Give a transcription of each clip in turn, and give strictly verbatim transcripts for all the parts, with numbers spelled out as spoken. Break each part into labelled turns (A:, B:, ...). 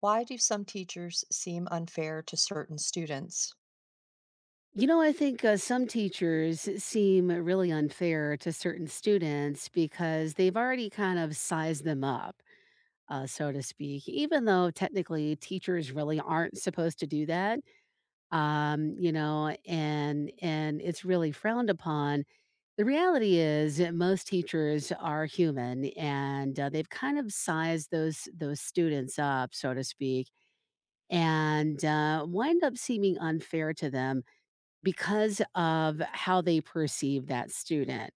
A: Why do some teachers seem unfair to certain students?
B: You know, I think uh, some teachers seem really unfair to certain students because they've already kind of sized them up, uh, so to speak, even though technically teachers really aren't supposed to do that. Um, you know, and and it's really frowned upon. The reality is that most teachers are human, and uh, they've kind of sized those those students up, so to speak, and uh, wind up seeming unfair to them because of how they perceive that student.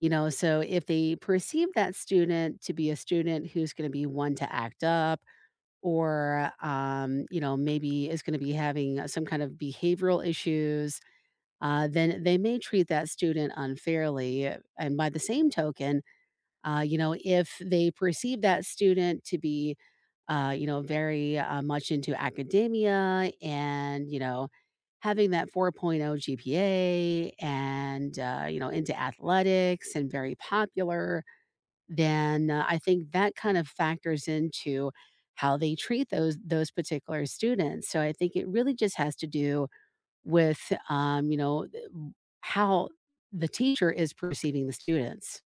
B: You know, so if they perceive that student to be a student who's gonna be one to act up or, um, you know, maybe is gonna be having uh, some kind of behavioral issues, uh, then they may treat that student unfairly. And by the same token, uh, you know, if they perceive that student to be uh, you know, very uh, much into academia and, you know, having that 4.0 G P A and, uh, you know, into athletics and very popular, then uh, I think that kind of factors into how they treat those those particular students. So I think it really just has to do with, um, you know, th- w- how the teacher is perceiving the students.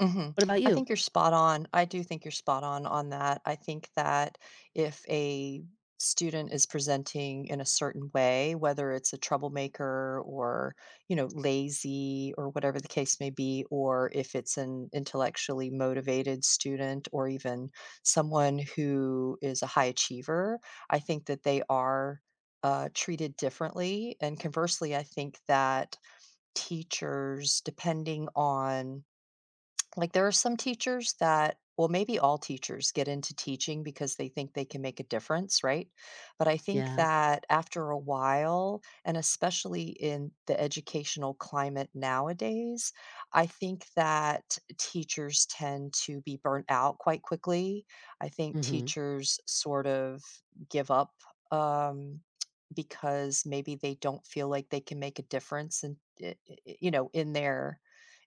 A: Hmm.
B: What about
A: I
B: you?
A: think you're spot on. I do think you're spot on on that. I think that if a student is presenting in a certain way, whether it's a troublemaker or, you know, lazy or whatever the case may be, or if it's an intellectually motivated student or even someone who is a high achiever, I think that they are uh, treated differently. And conversely, I think that teachers, depending on, like, there are some teachers that, well, maybe all teachers get into teaching because they think they can make a difference, right? But I think
B: Yeah.
A: that after a while, and especially in the educational climate nowadays, I think that teachers tend to be burnt out quite quickly. I think
B: Mhm.
A: teachers sort of give up, um, because maybe they don't feel like they can make a difference and, eh, eh, eh, you know, in their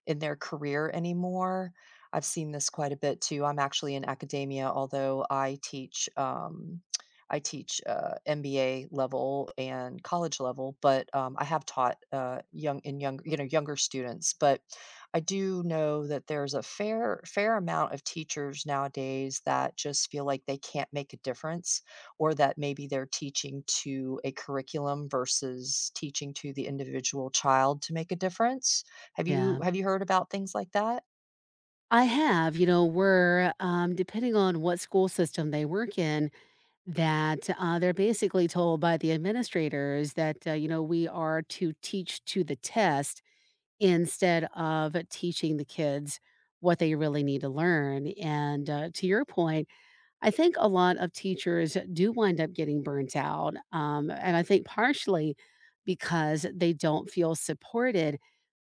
A: in their career anymore. I've seen this quite a bit too. I'm actually in academia, although I teach um, I teach uh, M B A level and college level, but um, I have taught uh, young in young, you know, younger students. But I do know that there's a fair fair amount of teachers nowadays that just feel like they can't make a difference, or that maybe they're teaching to a curriculum versus teaching to the individual child to make a difference. Have
B: Yeah.
A: you have you heard about things like that?
B: I have, you know, where, um, depending on what school system they work in, that, uh, they're basically told by the administrators that, uh, you know, we are to teach to the test instead of teaching the kids what they really need to learn. And, uh, to your point, I think a lot of teachers do wind up getting burnt out. Um, and I think partially because they don't feel supported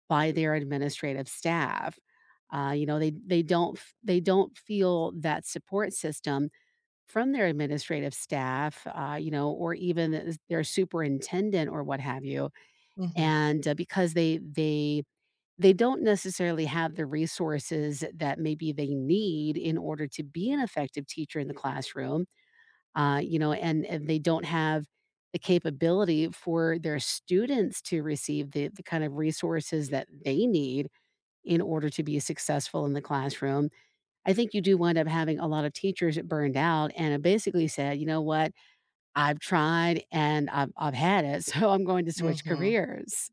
B: by their administrative staff. Uh, you know, they they don't f- they don't feel that support system from their administrative staff, uh, you know, or even th- their superintendent or what have you.
A: Mhm,
B: And uh, because they they they don't necessarily have the resources that maybe they need in order to be an effective teacher in the classroom, uh, you know, and, and they don't have the capability for their students to receive the, the kind of resources that they need in order to be successful in the classroom. I think you do wind up having a lot of teachers burned out and have basically said, you know what, I've tried and I've, I've had it, so I'm going to switch
A: mhm.
B: careers.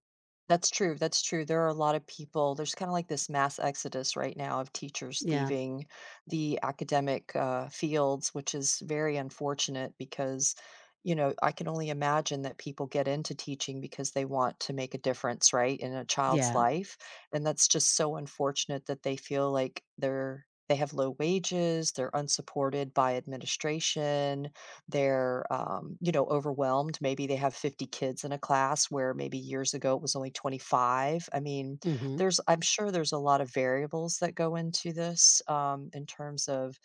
A: That's true, that's true. There are a lot of people, there's kinda like this mass exodus right now of teachers
B: Yeah.
A: leaving the academic, uh, fields, which is very unfortunate because, you know, I can only imagine that people get into teaching because they want to make a difference, right, in a child's
B: Yeah.
A: life, and that's just so unfortunate that they feel like they're they have low wages, they're unsupported by administration, they're um, you know, overwhelmed, maybe they have fifty kids in a class where maybe years ago it was only twenty-five. I mean,
B: Hmm.
A: there's, I'm sure there's a lot of variables that go into this, um, in terms of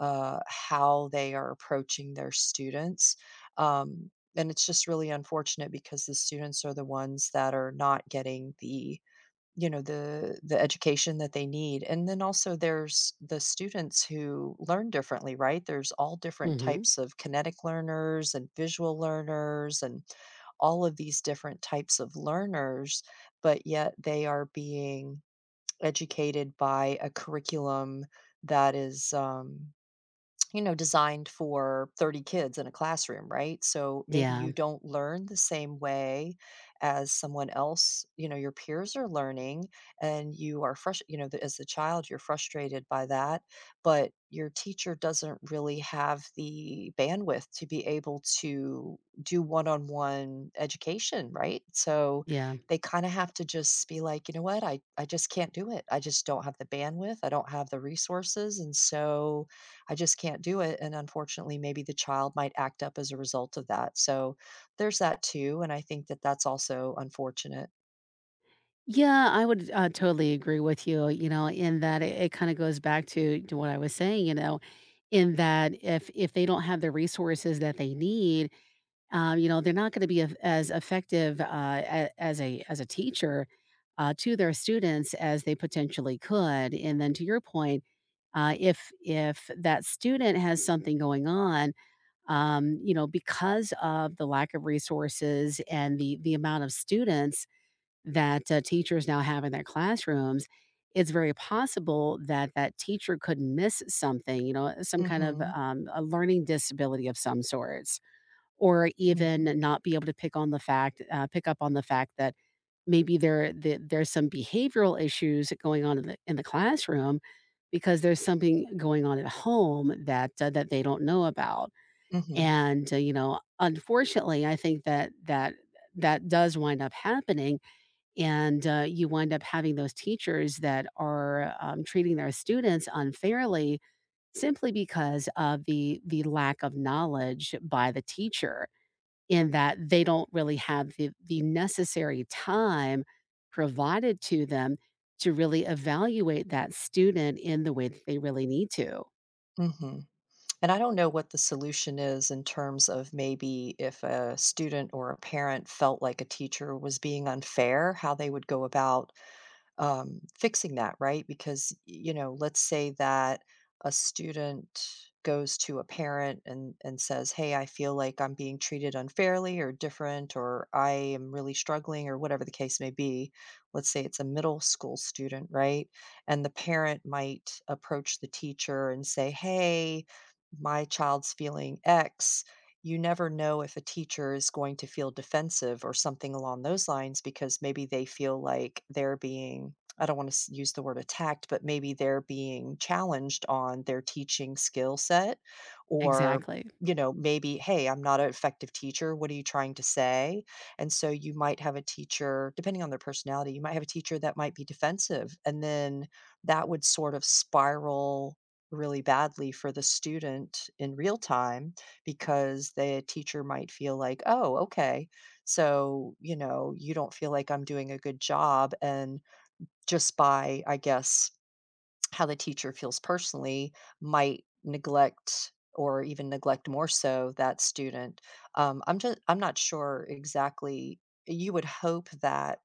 A: uh, how they are approaching their students, um, and it's just really unfortunate because the students are the ones that are not getting the, you know, the the education that they need. And then also there's the students who learn differently, right? There's all different
B: Hmm.
A: types of kinetic learners and visual learners and all of these different types of learners, but yet they are being educated by a curriculum that is, um, you know, designed for thirty kids in a classroom, right? So maybe
B: Yeah.
A: you don't learn the same way as someone else, you know, your peers are learning, and you are fresh, you know, th- as a child, you're frustrated by that, but your teacher doesn't really have the bandwidth to be able to do one on one education, right? So
B: Yeah.
A: they kind of have to just be like, you know what, I, I just can't do it. I just don't have the bandwidth. I don't have the resources. And so, I just can't do it. And unfortunately, maybe the child might act up as a result of that. So there's that too. And I think that that's also unfortunate.
B: Yeah, I would uh, totally agree with you. You know, in that it, it kind of goes back to, to what I was saying. You know, in that if if they don't have the resources that they need, Uh, you know, they're not going to be af- as effective uh, a- as a as a teacher uh, to their students as they potentially could. And then to your point, uh, if if that student has something going on, um, you know, because of the lack of resources and the the amount of students that uh, teachers now have in their classrooms, it's very possible that that teacher could miss something. You know, some kind of
A: Hmm.
B: um, a learning disability of some sort, or even
A: Hmm.
B: not be able to pick on the fact uh, pick up on the fact that maybe there the, there's some behavioral issues going on in the in the classroom because there's something going on at home that uh, that they don't know about.
A: Hmm.
B: And uh, you know, unfortunately I think that that that does wind up happening, and uh, you wind up having those teachers that are um, treating their students unfairly simply because of the the lack of knowledge by the teacher, in that they don't really have the the necessary time provided to them to really evaluate that student in the way that they really need to.
A: Hmm. And I don't know what the solution is in terms of maybe if a student or a parent felt like a teacher was being unfair, how they would go about um, fixing that, right? Because, y- you know, let's say that a student goes to a parent and, and says, "Hey, I feel like I'm being treated unfairly or different, or I am really struggling, or whatever the case may be." Let's say it's a middle school student, right? And the parent might approach the teacher and say, "Hey, my child's feeling X." You never know if a teacher is going to feel defensive or something along those lines, because maybe they feel like they're being, I don't want to use the word attacked, but maybe they're being challenged on their teaching skill set, or,
B: Exactly.
A: you know, maybe, "Hey, I'm not an effective teacher. What are you trying to say?" And so you might have a teacher, depending on their personality, you might have a teacher that might be defensive. And then that would sort of spiral really badly for the student in real time because the teacher might feel like, "Oh, okay. So, you know, you don't feel like I'm doing a good job." And just by, I guess, how the teacher feels personally, might neglect or even neglect more so that student. Um, I'm just, I'm not sure exactly. You would hope that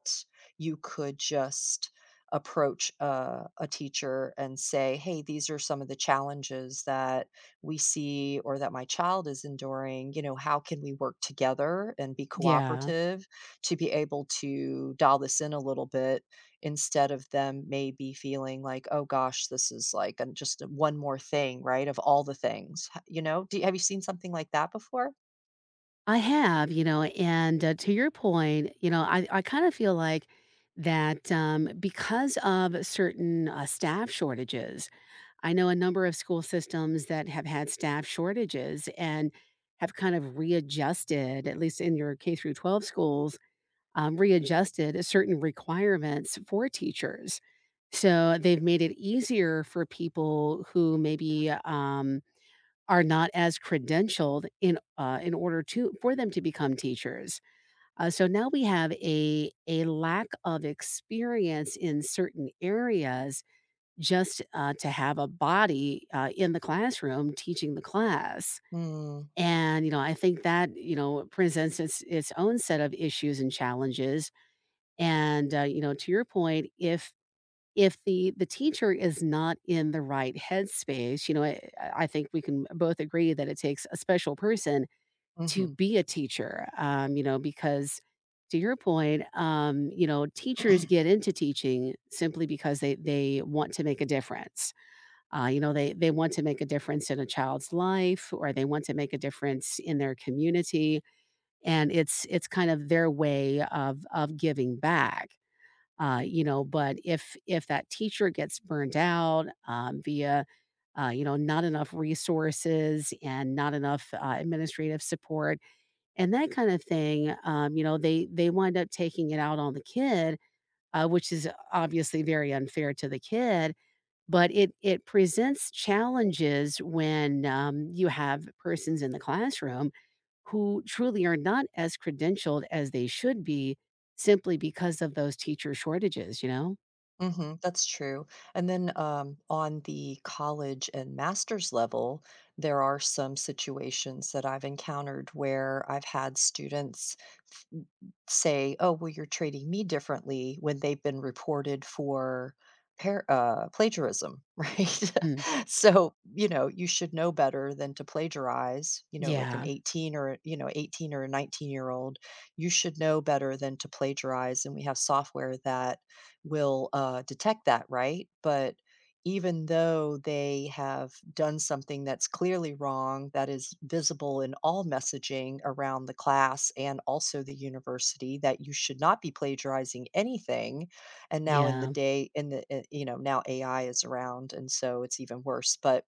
A: you could just approach a, a teacher and say, "Hey, these are some of the challenges that we see or that my child is enduring. You know, how can we work together and be
B: Yeah.
A: cooperative to be able to dial this in a little bit, instead of them maybe feeling like, 'Oh gosh, this is like an just one more thing, right, of all the things.'" H You know? Do, have you seen something like that before?
B: I have, you know, and, uh, to your point, you know, I I kinda feel like that, um, because of certain, uh, staff shortages, I know a number of school systems that have had staff shortages and have kind of readjusted, at least in your K through twelve schools, um, readjusted certain requirements for teachers. So they've made it easier for people who maybe um, are not as credentialed in uh, in order to for them to become teachers. Uh, so now we have a a lack of experience in certain areas just uh, to have a body uh, in the classroom teaching the class.
A: Mm,
B: And you know, I think that you know presents its its own set of issues and challenges, and, uh, you know, to your point, if if the the teacher is not in the right headspace, you know, I, I think we can both agree that it takes a special person to
A: mhm.
B: be a teacher. Um, you know, because to your point, um, you know, teachers get into teaching simply because they they want to make a difference. Uh, you know, they they want to make a difference in a child's life, or they want to make a difference in their community, and it's it's kind of their way of of giving back. Uh, you know, but if if that teacher gets burned out um, via, uh, you know, not enough resources and not enough uh, administrative support and that kind of thing, um, you know, they they wind up taking it out on the kid, uh, which is obviously very unfair to the kid. But it it presents challenges when um, you have persons in the classroom who truly are not as credentialed as they should be, simply because of those teacher shortages, you know?
A: Hmm, that's true. And then um, on the college and master's level, there are some situations that I've encountered where I've had students f- say, "Oh, well, you're treating me differently," when they've been reported for par- uh, plagiarism, right?
B: Mm.
A: So, you know, you should know better than to plagiarize. You know, like an
B: Yeah,
A: eighteen, or you know, eighteen or a nineteen year old, you should know better than to plagiarize. And we have software that will uh, detect that, right? But even though they have done something that's clearly wrong, that is visible in all messaging around the class and also the university, that you should not be plagiarizing anything. And now in the
B: yeah,
A: day, in the uh, you know, now A I is around, and so it's even worse. But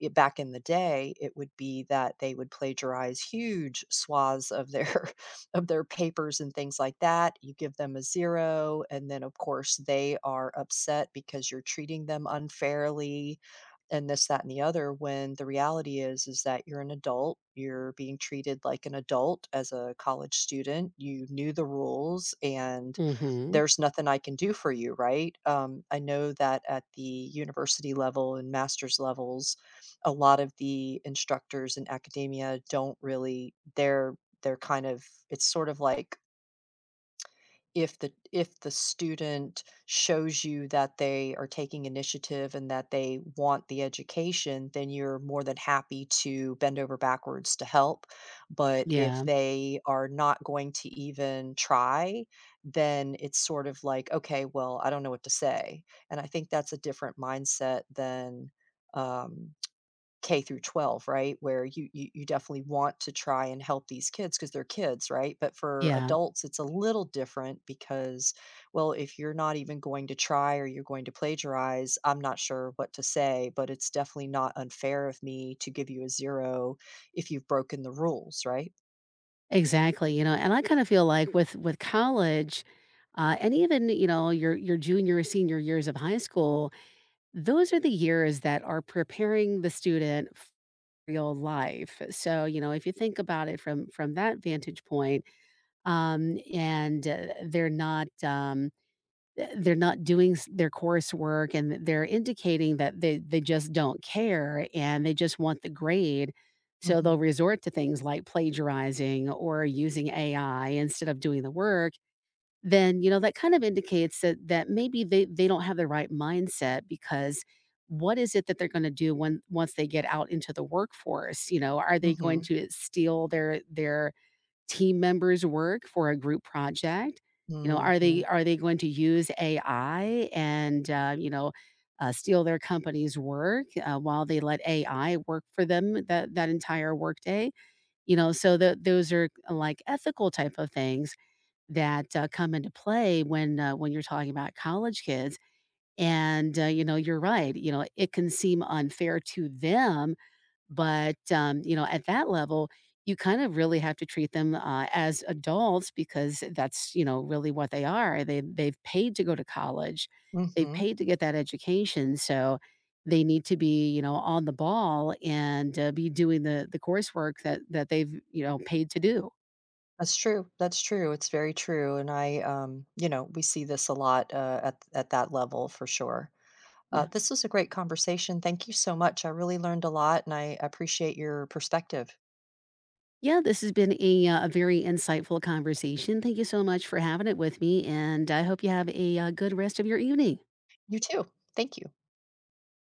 A: it, back in the day, it would be that they would plagiarize huge swaths of their of their papers and things like that. You give them a zero, and then, of course, they are upset because you're treating them unfairly and this, that, and the other, when the reality is is that you're an adult, you're being treated like an adult as a college student, you knew the rules, and
B: mhm,
A: there's nothing I can do for you, right? Um, I know that at the university level and master's levels, a lot of the instructors in academia don't really, they're they're kind of, it's sort of like, if the, if the student shows you that they are taking initiative and that they want the education, then you're more than happy to bend over backwards to help. But if
B: yeah,
A: they are not going to even try, then it's sort of like, okay, well, I don't know what to say. And I think that's a different mindset than, um, K through twelve, right? Where you, you you definitely want to try and help these kids because 'cause they're kids, right? But for
B: yeah,
A: adults, it's a little different because, well, if you're not even going to try or you're going to plagiarize, I'm not sure what to say, but it's definitely not unfair of me to give you a zero if you've broken the rules, right?
B: exactly, you know, and I kinda feel like with with college, uh, and even, you know, your your junior or senior years of high school, those are the years that are preparing the student for real life. So, you know, if you think about it from from that vantage point, um, and, uh, they're not, um Eh, they're not doing s their coursework, and they're indicating that they they just don't care, and they just want the grade, so they'll
A: Mhm.
B: resort to things like plagiarizing or using A I instead of doing the work. Then, you know, that kind of indicates that that maybe they they don't have the right mindset, because what is it that they're gonna do when once they get out into the workforce, you know? Are they going
A: Mhm.
B: to steal their their team members work for a group project? You know, are they
A: Mhm.
B: are they going to use A I and, uh, you know, uh, steal their company's work, uh, while they let A I work for them that that entire workday? You know, so tho those are, like, ethical type of things that, uh, come into play when, uh, when you're talking about college kids. And, uh, you know, you're right, you know, it can seem unfair to them, but, um, you know, at that level, you kind of really have to treat them, uh, as adults because that's, you know, really what they are. They they've paid to go to college. They've
A: Mhm.
B: paid to get that education, so they need to be, you know, on the ball and, uh, be doing the the coursework that that they've, you know, paid to do.
A: That's true, that's true, it's very true, and I, um, you know, we see this a lot, uh, at at that level for sure. Uh,
B: Yeah.
A: this was a great conversation. Thank you so much. I really learned a lot and I appreciate your perspective.
B: Yeah, this has been a, uh, a very insightful conversation. Thank you so much for having it with me, and I hope you have a, uh, good rest of your evening.
A: You too. Thank you.